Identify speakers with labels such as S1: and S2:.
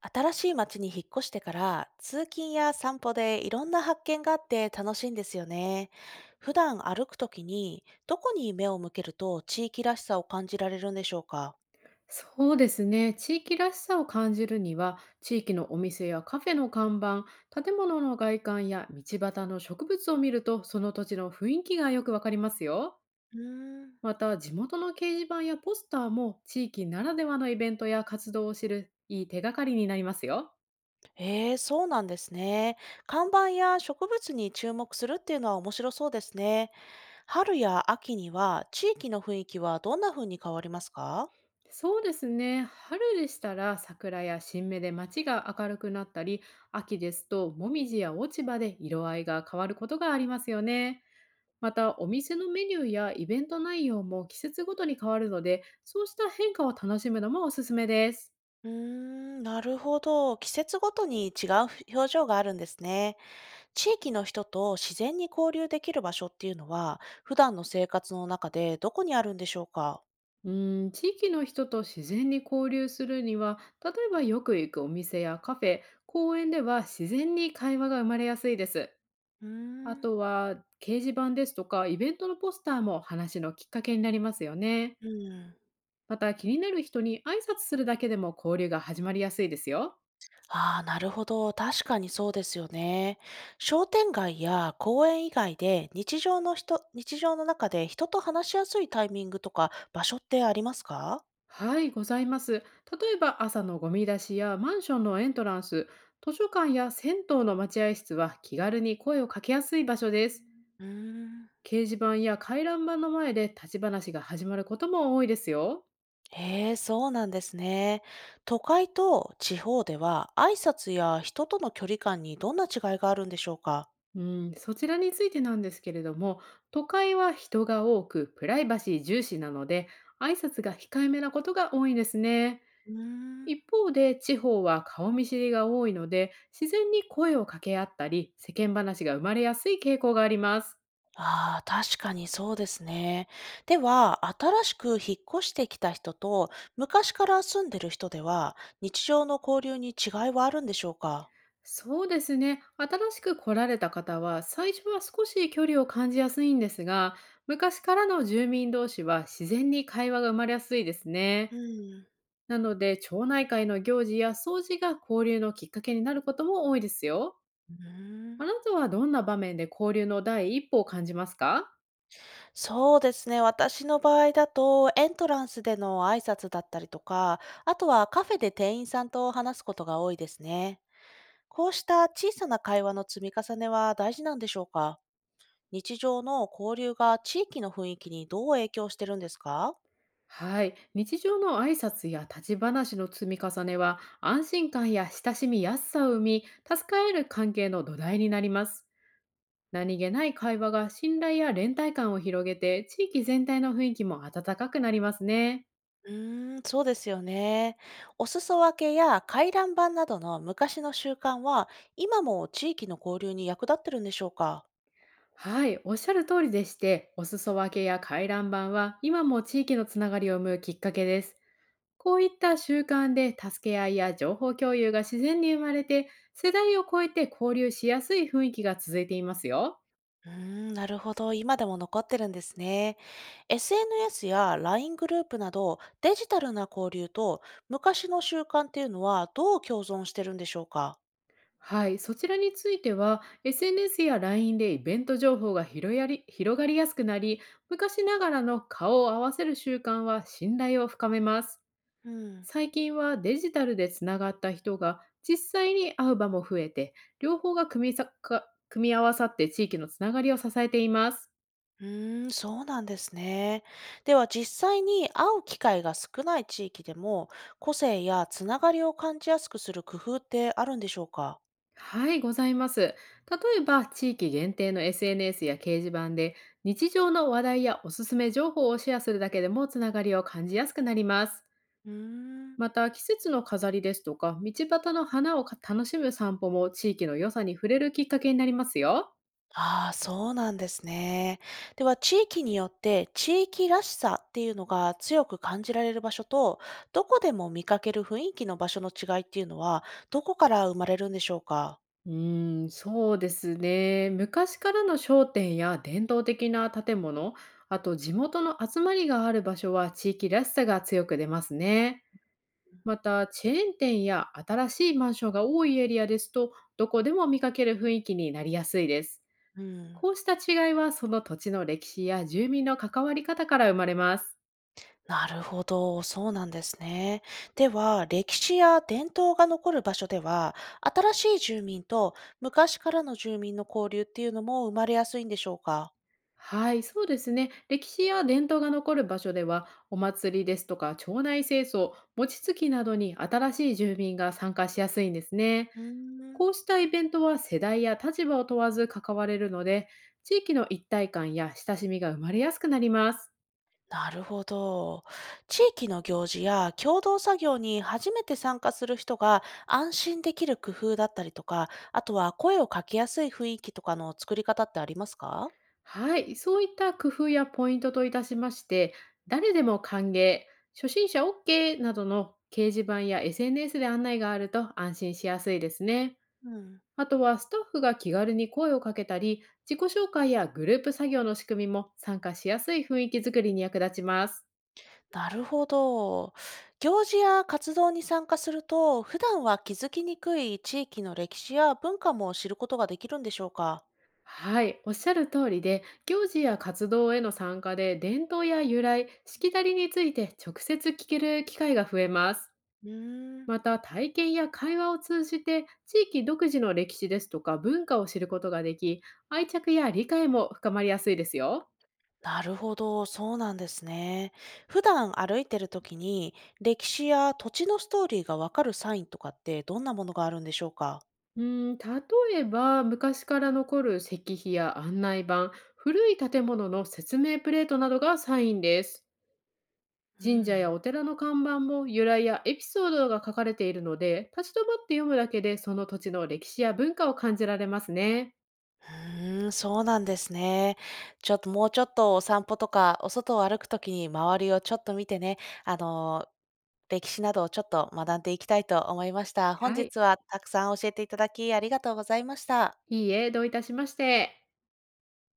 S1: 新しい町に引っ越してから通勤や散歩でいろんな発見があって楽しいんですよね。普段歩くときにどこに目を向けると地域らしさを感じられるんでしょうか？
S2: そうですね。地域らしさを感じるには、地域のお店やカフェの看板、建物の外観や道端の植物を見ると、その土地の雰囲気がよくわかりますよ。
S1: うーん。
S2: また、地元の掲示板やポスターも、地域ならではのイベントや活動を知るいい手がかりになりますよ。
S1: ええ、そうなんですね。看板や植物に注目するっていうのは面白そうですね。春や秋には地域の雰囲気はどんな風に変わりますか？
S2: そうですね。春でしたら桜や新芽で街が明るくなったり、秋ですともみじや落ち葉で色合いが変わることがありますよね。また、お店のメニューやイベント内容も季節ごとに変わるので、そうした変化を楽しむのもおすすめです。
S1: うーん、なるほど。季節ごとに違う表情があるんですね。地域の人と自然に交流できる場所っていうのは、普段の生活の中でどこにあるんでしょうか？
S2: うーん、地域の人と自然に交流するには、例えばよく行くお店やカフェ、公園では自然に会話が生まれやすいです。
S1: うー
S2: あ
S1: ん。
S2: とは、掲示板ですとか、イベントのポスターも話のきっかけになりますよね。
S1: うん。
S2: また、気になる人に挨拶するだけでも交流が始まりやすいですよ。
S1: ああ、なるほど。確かにそうですよね。商店街や公園以外で日常の人、日常の中で人と話しやすいタイミングとか場所ってありますか？
S2: はい、ございます。例えば朝のゴミ出しやマンションのエントランス、図書館や銭湯の待合室は気軽に声をかけやすい場所です。
S1: うーん。
S2: 掲示板や回覧板の前で立ち話が始まることも多いですよ。
S1: へえ、そうなんですね。都会と地方では挨拶や人との距離感にどんな違いがあるんでしょうか？
S2: うん、そちらについてなんですけれども、都会は人が多くプライバシー重視なので、挨拶が控えめなことが多いですね。
S1: うーん。
S2: 一方で地方は顔見知りが多いので、自然に声を掛け合ったり、世間話が生まれやすい傾向があります。
S1: ああ、確かにそうですね。では、新しく引っ越してきた人と、昔から住んでる人では、日常の交流に違いはあるんでしょうか？
S2: そうですね。新しく来られた方は、最初は少し距離を感じやすいんですが、昔からの住民同士は自然に会話が生まれやすいですね。
S1: うん。
S2: なので、町内会の行事や掃除が交流のきっかけになることも多いですよ。
S1: うー
S2: あ
S1: ん、
S2: なたはどんな場面で交流の第一歩を感じますか？
S1: そうですね。私の場合だと、エントランスでの挨拶だったりとか、あとはカフェで店員さんと話すことが多いですね。こうした小さな会話の積み重ねは大事なんでしょうか？日常の交流が地域の雰囲気にどう影響してるんですか？
S2: はい。日常の挨拶や立ち話の積み重ねは、安心感や親しみやすさを生み、助かえる関係の土台になります。何気ない会話が信頼や連帯感を広げて、地域全体の雰囲気も温かくなりますね。
S1: うーん、そうですよね。お裾分けや回覧板などの昔の習慣は、今も地域の交流に役立ってるんでしょうか？
S2: はい、おっしゃる通りでして、お裾分けや回覧板は今も地域のつながりを生むきっかけです。こういった習慣で助け合いや情報共有が自然に生まれて、世代を超えて交流しやすい雰囲気が続いていますよ。
S1: うーん、なるほど。今でも残ってるんですね。SNS や LINE グループなど、デジタルな交流と昔の習慣っていうのはどう共存してるんでしょうか？
S2: はい、そちらについては SNS や LINE でイベント情報が広がりやすくなり、昔ながらの顔を合わせる習慣は信頼を深めます。
S1: うん。
S2: 最近はデジタルでつながった人が実際に会う場も増えて、両方が組み合わさって地域のつながりを支えています。
S1: うーん、そうなんですね。では実際に会う機会が少ない地域でも個性やつながりを感じやすくする工夫ってあるんでしょうか？
S2: はい、ございます。例えば地域限定の SNS や掲示板で、日常の話題やおすすめ情報をシェアするだけでもつながりを感じやすくなります。
S1: うーん。
S2: また、季節の飾りですとか、道端の花を楽しむ散歩も地域の良さに触れるきっかけになりますよ。
S1: ああ、そうなんですね。では地域によって地域らしさっていうのが強く感じられる場所とどこでも見かける雰囲気の場所の違いっていうのはどこから生まれるんでしょうか？
S2: うーん、そうですね。昔からの商店や伝統的な建物、あと地元の集まりがある場所は地域らしさが強く出ますね。また、チェーン店や新しいマンションが多いエリアですと、どこでも見かける雰囲気になりやすいです。
S1: うん。
S2: こうした違いはその土地の歴史や住民の関わり方から生まれます。
S1: なるほど、そうなんですね。では、歴史や伝統が残る場所では、新しい住民と昔からの住民の交流っていうのも生まれやすいんでしょうか？
S2: はい、そうですね。歴史や伝統が残る場所では、お祭りですとか町内清掃、餅つきなどに新しい住民が参加しやすいんですね。
S1: うーん。
S2: こうしたイベントは世代や立場を問わず関われるので、地域の一体感や親しみが生まれやすくなります。
S1: なるほど。地域の行事や共同作業に初めて参加する人が安心できる工夫だったりとか、あとは声をかけやすい雰囲気とかの作り方ってありますか？
S2: はい、そういった工夫やポイントといたしまして、誰でも歓迎、初心者 OK などの掲示板や SNS で案内があると安心しやすいですね。
S1: うん。
S2: あとはスタッフが気軽に声をかけたり、自己紹介やグループ作業の仕組みも参加しやすい雰囲気づくりに役立ちます。
S1: なるほど。行事や活動に参加すると、普段は気づきにくい地域の歴史や文化も知ることができるんでしょうか？
S2: はい、おっしゃる通りで、行事や活動への参加で伝統や由来、しきたりについて直接聞ける機会が増えます。
S1: うーん。
S2: また、体験や会話を通じて、地域独自の歴史ですとか文化を知ることができ、愛着や理解も深まりやすいですよ。
S1: なるほど、そうなんですね。普段歩いてる時に、歴史や土地のストーリーがわかるサインとかってどんなものがあるんでしょうか？
S2: うーん、例えば昔から残る石碑や案内板、古い建物の説明プレートなどがサインです。
S1: う
S2: 神社
S1: ん。
S2: やお寺の看板も由来やエピソードが書かれているので、立ち止まって読むだけでその土地の歴史や文化を感じられますね。
S1: うーん、そうなんですね。ちょっともうちょっとお散歩とか、お外を歩くときに周りをちょっと見てね、あの、歴史などをちょっと学んでいきたいと思いました。本
S2: はい。
S1: 日はたくさん教えていただきありがとうございました。
S2: いいえ、どういたしまして。